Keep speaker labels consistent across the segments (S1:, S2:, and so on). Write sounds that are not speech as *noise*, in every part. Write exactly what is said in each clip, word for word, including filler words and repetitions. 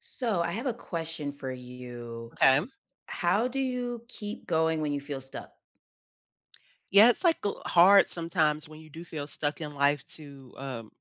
S1: So, I have a question for you.
S2: Okay.
S1: How do you keep going when you feel stuck?
S2: Yeah, it's like l- hard sometimes when you do feel stuck in life to um,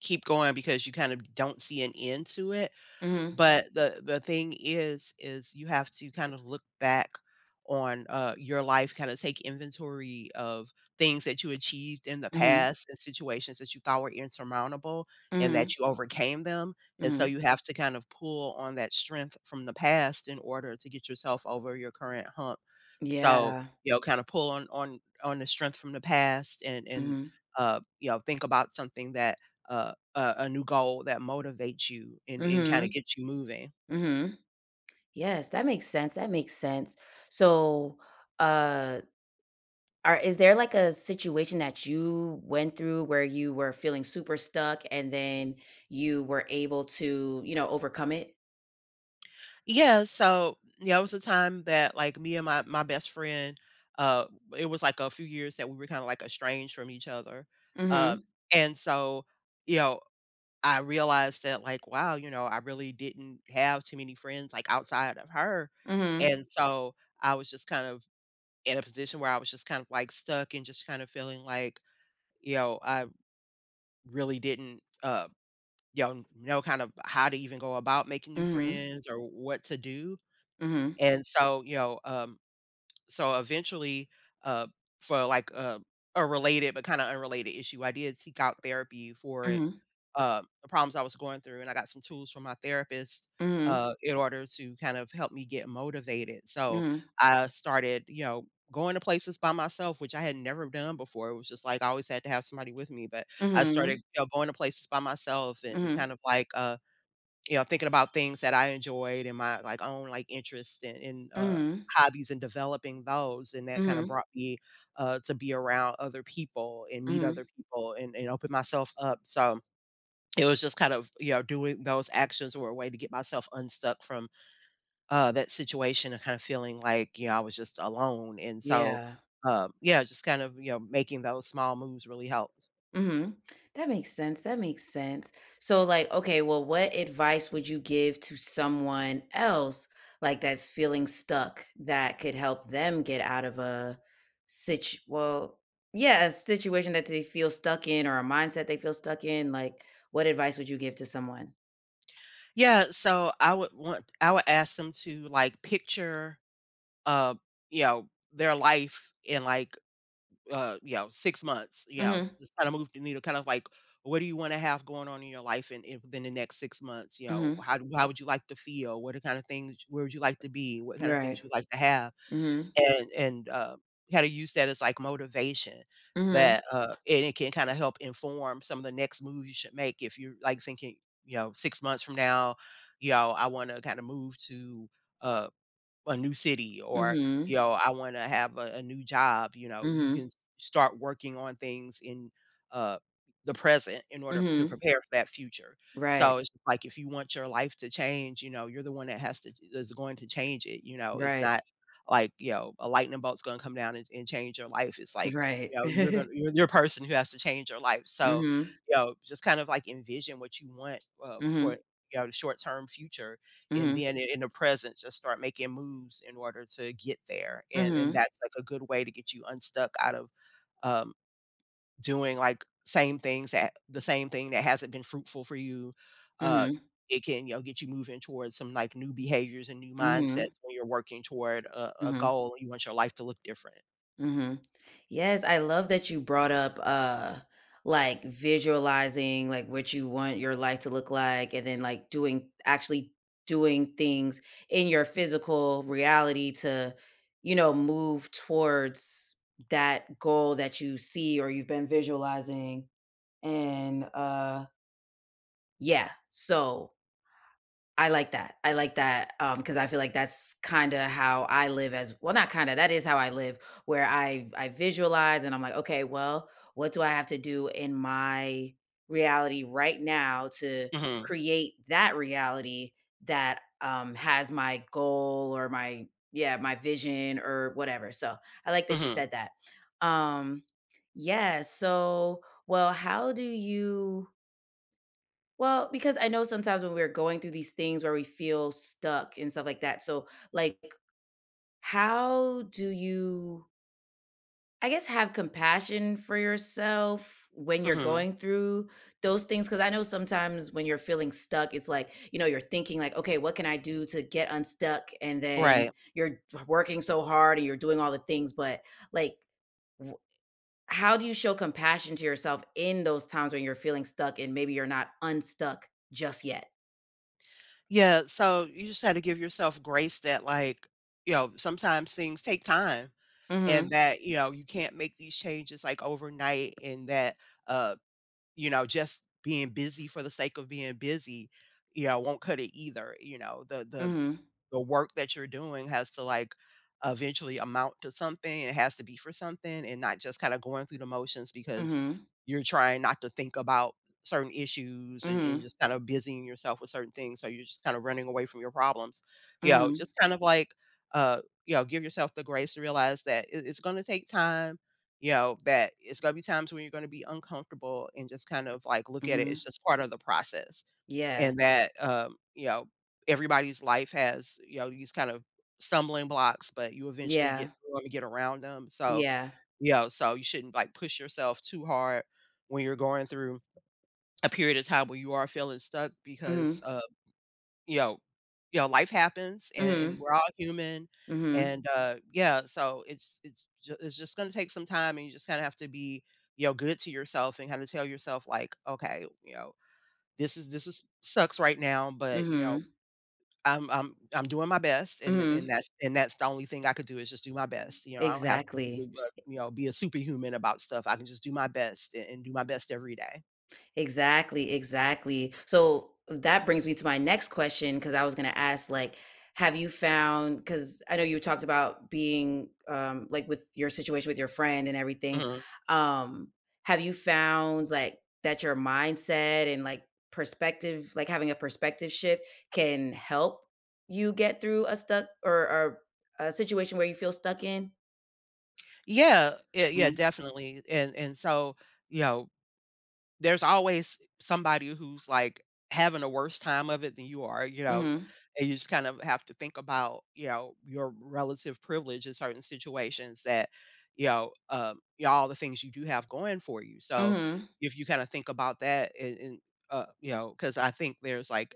S2: keep going because you kind of don't see an end to it.
S1: Mhm.
S2: But the the thing is is you have to kind of look back on, uh, your life, kinda take inventory of things that you achieved in the
S1: Mhm.
S2: past and situations that you thought were insurmountable and
S1: Mhm.
S2: that you overcame them, and so
S1: Mhm.
S2: you have to kind of pull on that strength from the past in order to get yourself over your current hump. So,
S1: Yeah.
S2: you know, kinda pull on on on the strength from the past and and,
S1: Mhm.
S2: uh, you know, think about something that, uh a a new goal that motivates you and and kinda
S1: Mhm.
S2: gets you moving.
S1: Mhm. Yes, that makes sense, that makes sense. So, uh, are is there, like, a situation that you went through where you were feeling super stuck and then you were able to, you know, overcome it?
S2: Yeah, so, yeah, it was a time that, like, me and my my best friend, uh, it was, like, a few years that we were kinda, like, estranged from each other, um,
S1: Mhm.
S2: and so, you know, I realized that, like, wow, you know, I really didn't have too many friends, like, outside of her,
S1: Mhm.
S2: and so I was just kind of in a position where I was just kind of, like, stuck and just kind of feeling like, you know, I really didn't, uh You know know kind of how to even go about making new
S1: Mhm.
S2: friends or what to do,
S1: Mhm.
S2: and so, you know, um, so eventually, uh, for, like, uh, a related but kinda unrelated issue, I did seek out therapy for it,
S1: Mhm.
S2: uh, the problems I was going through, and I got some tools from my therapist,
S1: Mhm.
S2: uh, in order to kind of help me get motivated. So
S1: Mhm.
S2: I started, you know, going to places by myself, which I had never done before. It was just like I always had to have somebody with me, but I
S1: Mhm.
S2: started, you know, going to places by myself and
S1: Mhm.
S2: kind of like, uh you know, thinking about things that I enjoyed and my, like, own, like, interests and and, uh,
S1: Mhm.
S2: hobbies and developing those, and that kinda
S1: Mhm,
S2: brought me, uh, to be around other people and meet
S1: mhm.
S2: other people and and open myself up. So it was just kind of, you know, doing those actions were a way to get myself unstuck from, uh, that situation and kinda feeling like, you know, I was just alone, and so,
S1: Yeah.
S2: um, yeah, just kind of, you know, making those small moves really helped.
S1: Mhm. That makes sense, that makes sense. So, like, okay, well, what advice would you give to someone else, like, that's feeling stuck that could help them get out of a situ well, yeah, a situation that they feel stuck in or a mindset they feel stuck in? Like, what advice would you give to someone?
S2: Yeah, so I would want I would ask them to, like, picture uh, you know, their life in like, uh, you know, six months, you know,
S1: Mhm,
S2: just kinda move the needle, kind of like, what do you wanna have going on in your life in in within the next six months, you know?
S1: mhm.
S2: How do how would you like to feel? What are kind of things where would you like to be? What kind of things
S1: Right.
S2: you like to have?
S1: Mhm,
S2: And and, uh, how to use that as, like, motivation
S1: mhm,
S2: that, uh and it can kinda help inform some of the next move you should make if you're, like, thinking, you know, six months from now, you know, I wanna kinda move to, uh a new city, or, you
S1: mhm,
S2: know, I wanna have a a new job. You know, you can
S1: mhm,
S2: s start working on things in, uh, the present in order to
S1: mhm.
S2: prepare for that future.
S1: Right,
S2: So it's just like if you want your life to change, you know, you're the one that has to is going to change it, you know, it's
S1: right,
S2: not like, you know, a lightning bolt's gonna come down and and change your life. It's like,
S1: right.
S2: you know, you're gonna
S1: *laughs*
S2: you're you're a person who has to change your life. So,
S1: Mhm,
S2: you know, just kind of like envision what you want, uh, for,
S1: mhm.
S2: you know, the short term future, and
S1: Mhm.
S2: then in in the present, just start making moves in order to get there, and and
S1: Mhm.
S2: that's, like, a good way to get you unstuck out of, um, doing, like, same things that the same thing that hasn't been fruitful for you. Uh,
S1: Mhm.
S2: it can, you know, get you moving towards some, like, new behaviors and new
S1: Mhm.
S2: mindsets when you're working toward a a
S1: Mhm.
S2: goal and you want your life to look different.
S1: Mhm. Yes, I love that you brought up, uh, like, visualizing, like, what you want your life to look like, and then, like, doing actually doing things in your physical reality to, you know, move towards that goal that you see or you've been visualizing, and, uh, yeah, so I like that. I like that, um, because I feel like that's kinda how I live as well, not kinda, that is how I live, where I I visualize and I'm like, "Okay, well, what do I have to do in my reality right now to
S2: Mhm,
S1: create that reality that, um, has my goal or my," yeah, "my vision," or whatever, so, I like that you
S2: mhm,
S1: said that. Um, yeah, so, well, how do you well, because I know sometimes when we're going through these things where we feel stuck and stuff like that. So, like, how do you, I guess, have compassion for yourself when you're
S2: mhm,
S1: going through those things? Because I know sometimes when you're feeling stuck, it's like, you know, you're thinking, like, okay, what can I do to get unstuck? And then
S2: right.
S1: you're working so hard and you're doing all the things. But, like, w- how do you show compassion to yourself in those times when you're feeling stuck and maybe you're not unstuck just yet?
S2: Yeah, so you just had to give yourself grace that, like, you know, sometimes things take time, and that, you know, you can't make these changes like overnight, and that uh you know, just being busy for the sake of being busy, you know, won't cut it either. You know, the the
S1: Mhm,
S2: the work that you're doing has to like eventually amount to something. It has to be for something and not just kind of going through the motions because
S1: mhm,
S2: you're trying not to think about certain issues, and, and
S1: mhm,
S2: just kind of busying yourself with certain things. So you're just kind of running away from your problems. You know,
S1: mhm,
S2: just kind of like, uh, you know, give yourself the grace to realize that it- it's going to take time. You know, that it's going to be times when you're going to be uncomfortable, and just kind of like look at it.
S1: mhm.
S2: It's just part of the process,
S1: Yeah,
S2: and that, um, you know, everybody's life has, you know, these kind of stumbling blocks, but you eventually
S1: yeah,
S2: get through 'em and get around them. So,
S1: yeah.
S2: you know, so you shouldn't like push yourself too hard when you're going through a period of time where you are feeling stuck, because,
S1: Mhm,
S2: uh, you know, you know, life happens, and, and
S1: mhm,
S2: we're all human.
S1: mhm,
S2: And uh, yeah, so it's it's ju- it's just gonna take some time, and you just kind of have to be, you know, good to yourself and kind of tell yourself like, okay, you know, this is this is sucks right now, but you
S1: mhm,
S2: know, I'm I'm I'm doing my best, and and
S1: mhm.
S2: that's and that's the only thing I could do is just do my best. You know, I don't have to do,
S1: Exactly.
S2: uh, you know, be a superhuman about stuff, I can just do my best and and do my best every day.
S1: Exactly, exactly. So that brings me to my next question because I was going to ask, like, have you found, because I know you talked about being um, like with your situation with your friend and everything.
S2: Mhm.
S1: Um, have you found like that your mindset and like perspective, like having a perspective shift can help you get through a stuck or, or a situation where you feel stuck in?
S2: Yeah, yeah, yeah,
S1: Mm-hmm.
S2: definitely, and and so, you know there's always somebody who's, like, having a worse time of it than you are, you know, and you just kind of have to think about, you know, your relative privilege in certain situations, that, you know, um, you know, all the things you do have going for you, so,
S1: Mm-hmm.
S2: if you kinda think about that and and, uh, you know, 'cause I think there's, like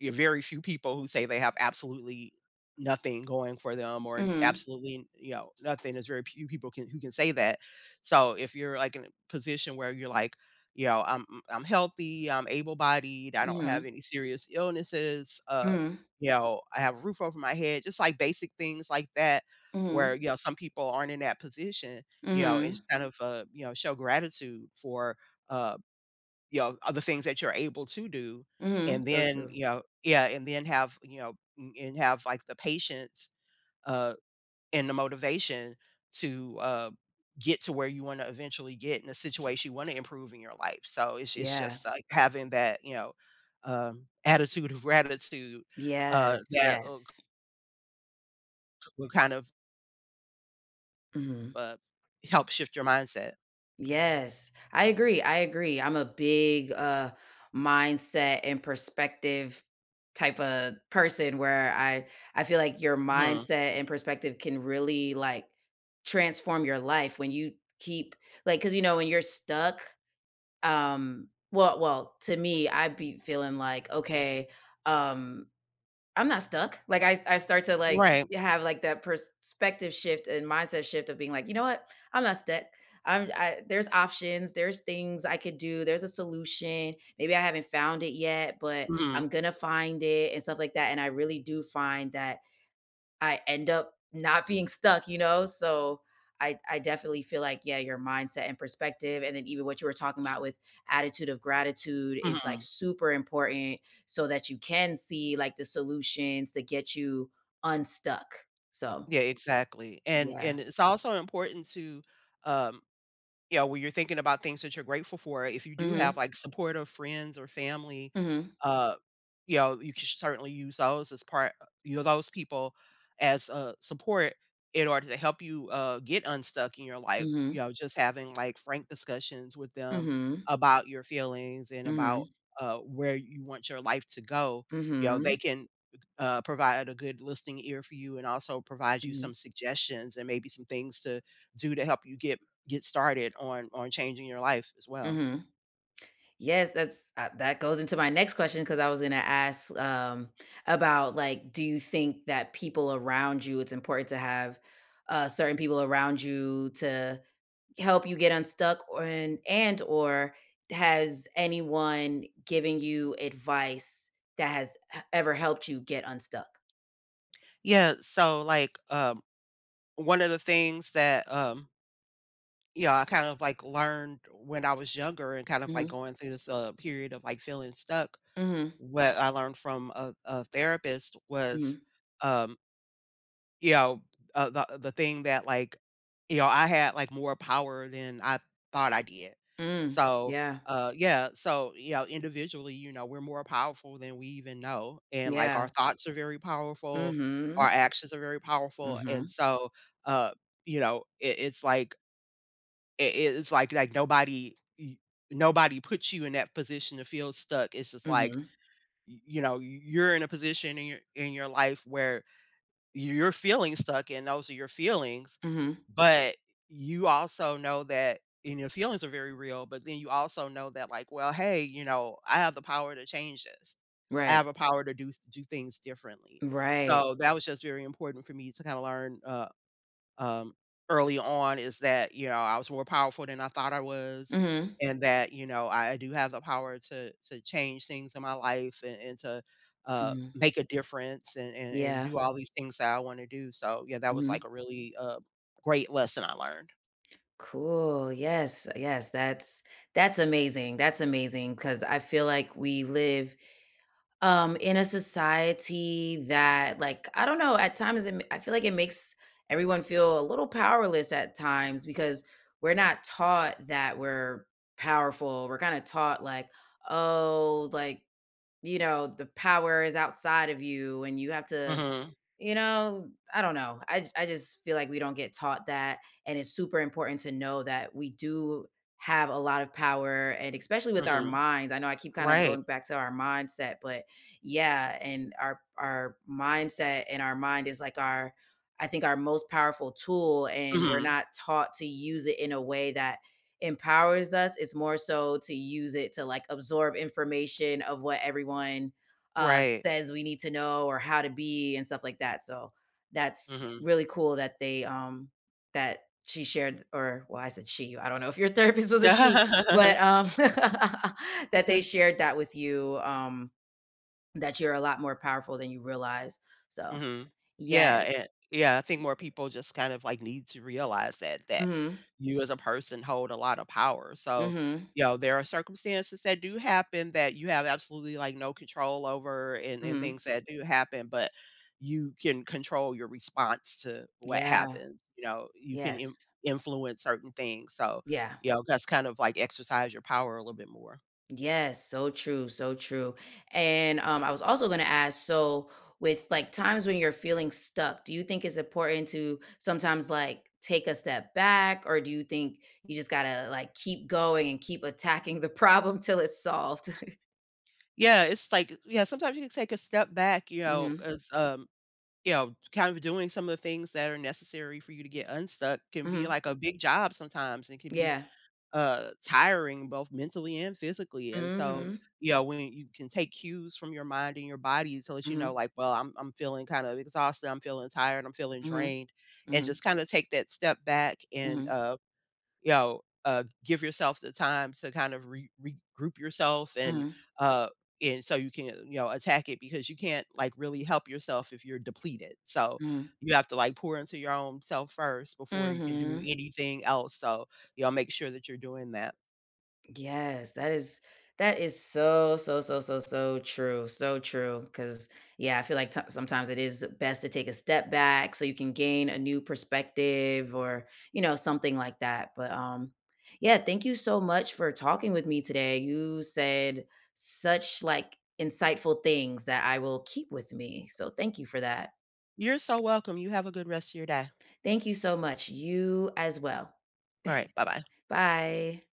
S2: yeah, very few people who say they have absolutely nothing going for them, or n-
S1: Mm-hmm.
S2: absolutely, you know, nothing. There's very few people can who can say that. So if you're like in a position where you're like, you know, I'm I'm I'm healthy, I'm able-bodied, I don't
S1: Mm-hmm.
S2: have any serious illnesses, uh,
S1: Mm-hmm.
S2: you know, I have a roof over my head, just like basic things like that,
S1: Mm-hmm.
S2: where you know some people aren't in that position, you know, and
S1: Mm-hmm.
S2: just kind of uh, you know, show gratitude for uh you know, other things that you're able to do,
S1: Mhm.
S2: and
S1: So
S2: then,
S1: true.
S2: you know, yeah, and then have, you know, n and have, like, the patience, uh, and the motivation to, uh, get to where you wanna eventually get in the situation you wanna improve in your life. So it's it's
S1: Yeah.
S2: just, like, having that, you know, um, attitude of gratitude, uh,
S1: Yes,
S2: that will
S1: yes.
S2: will kind of,
S1: Mhm.
S2: uh, help shift your mindset.
S1: Yes. I agree, I agree. I'm a big, uh, mindset and perspective type of person where I I feel like your
S2: Mhm.
S1: mindset and perspective can really, like, transform your life when you keep like because you know, when you're stuck, um well well, to me, I'd be feeling like, "Okay, um, I'm not stuck. Like I I start to like
S2: Right.
S1: have like that perspective shift and mindset shift of being like, you know what? I'm not stuck. I'm I, there's options, there's things I could do, there's a solution. Maybe I haven't found it yet, but I'm
S2: Mhm.
S1: gonna find it and stuff like that. And I really do find that I end up not being stuck, you know? So I I definitely feel like, yeah, your mindset and perspective, and then even what you were talking about with attitude of gratitude is like
S2: Mhm.
S1: super important so that you can see like the solutions to get you unstuck. So
S2: Yeah, exactly, and
S1: yeah.
S2: and it's also important to, um you know, when you're thinking about things that you're grateful for, if you do have,
S1: Mhm.
S2: like, supportive friends or family,
S1: Mhm.
S2: uh, you know, you can certainly use those as part uh, you know, those people as, uh, support in order to help you, uh, get unstuck in your life. You
S1: Mhm.
S2: know, just having, like, frank discussions with them
S1: Mhm.
S2: about your feelings and about,
S1: Mhm.
S2: uh, where you want your life to go. You know, they
S1: Mhm.
S2: can, uh, provide a good listening ear for you, and also provide you
S1: Mhm.
S2: some suggestions and maybe some things to do to help you get get started on on changing your life as well.
S1: Mhm. Yes, that's uh, that goes into my next question because I was going to ask um, about like, do you think that people around you? It's important to have uh, certain people around you to help you get unstuck, or, and and or has anyone given you advice that has h- ever helped you get unstuck?
S2: Yeah, so like um one of the things that um you know, I kind of like learned when I was younger and kind of like
S1: Hmm.
S2: going through this uh period of like feeling stuck.
S1: Hmm.
S2: What I learned from a, a therapist was
S1: Hmm.
S2: um you know, uh, the the thing that like, you know, I had like more power than I thought I did.
S1: Mm.
S2: So,
S1: Yeah.
S2: uh, yeah, so, you know, individually, you know, we're more powerful than we even know, and like
S1: Yeah.
S2: our thoughts are very powerful,
S1: Hmm.
S2: our actions are very powerful, and
S1: Hmm.
S2: so, uh, you know, it, it's like it, it's like like nobody. y- Nobody puts you in that position to feel stuck. It's just like
S1: Hmm.
S2: y- you know you're in a position in your in your life where you're feeling stuck, and those are your feelings,
S1: Hmm.
S2: but you also know that, and your feelings are very real, but then you also know that, like, well, hey, you know, I have the power to change this. I
S1: Right.
S2: have a power to do do things differently.
S1: Right.
S2: So that was just very important for me to kind of learn uh um, early on, is that, you know, I was more powerful than I thought I was,
S1: Hmm.
S2: and that, you know, I I do have the power to to change things in my life and and to, uh,
S1: Hmm.
S2: make a difference and and and
S1: Yeah.
S2: do all these things that I wanna do. So, yeah, that was, like,
S1: Mhm.
S2: a really, uh, great lesson I learned.
S1: Cool. Yes. Yes. That's that's amazing. That's amazing because I feel like we live um in a society that like I don't know, at times it, ma- I feel like it makes everyone feel a little powerless at times because we're not taught that we're powerful. We're kind of taught like, oh, like, you know, the power is outside of you and you have to
S2: Mhm,
S1: You know, I don't know. I I just feel like we don't get taught that, and it's super important to know that we do have a lot of power and especially with our
S2: mhm.
S1: minds. I know I keep kinda
S2: Right.
S1: going back to our mindset, but yeah, and our our mindset and our mind is like our I think our most powerful tool, and we're
S2: Mhm.
S1: not taught to use it in a way that empowers us. It's more so to use it to, like, absorb information of what everyone uh,
S2: Right.
S1: says we need to know or how to be and stuff like that. So that's
S2: Mhm.
S1: really cool that they um that she shared or well, I said she. I don't know if your *laughs* therapist was a she,
S2: *laughs*
S1: but um *laughs* that they shared that with you, um, that you're a lot more powerful than you realize. So
S2: hmm Yeah,
S1: yes.
S2: and yeah, I think more people just kind of like need to realize that that
S1: Mm.
S2: you as a person hold a lot of power. So,
S1: Mhm.
S2: you know, there are circumstances that do happen that you have absolutely like no control over, and,
S1: Mhm.
S2: and
S1: Mhm.
S2: things that do happen, but you can control your response to what
S1: Yeah.
S2: happens. You know, you can in,
S1: Yes.
S2: influence certain things. So,
S1: Yeah.
S2: you know, that's kind of like exercise your power a little bit more.
S1: Yes, so true, so true. And um, I was also going to ask, so with like times when you're feeling stuck, do you think it's important to sometimes like take a step back, or do you think you just gotta like keep going and keep attacking the *laughs* problem till it's solved?
S2: Yeah, it's like yeah, sometimes you can take a step back, you
S1: *laughs*
S2: know,
S1: Hmm.
S2: as um you know, kind of doing some of the things that are necessary for you to get unstuck can be
S1: Hmm.
S2: like a big job sometimes, and can be
S1: Yeah.
S2: uh tiring both mentally and physically. And so,
S1: Hmm.
S2: you know, when you can take cues from your mind and your body to let you
S1: Hmm.
S2: know, like, well, I'm I'm feeling kind of exhausted, I'm feeling tired, I'm feeling
S1: Hmm.
S2: drained, and
S1: Hmm.
S2: just kind of take that step back and
S1: Hmm.
S2: uh you know, uh, give yourself the time to kind of re- regroup yourself, and
S1: Hmm.
S2: uh, and so you can, you know, attack it, because you can't like really help yourself if you're depleted. So
S1: Hmm.
S2: you have to like pour into your own self first before you can do
S1: Hmm.
S2: anything else. So you know, make sure that you're doing that.
S1: Yes, that is that is so so so so so true, so true. Because yeah, I feel like t- sometimes it is best to take a step back so you can gain a new perspective or you know something like that. But um, yeah, thank you so much for talking with me today. You said such like insightful things that I will keep with me. So thank you for that.
S2: You're so welcome. You have a good rest of your day.
S1: Thank you so much. You as well.
S2: All right. Bye bye.
S1: Bye.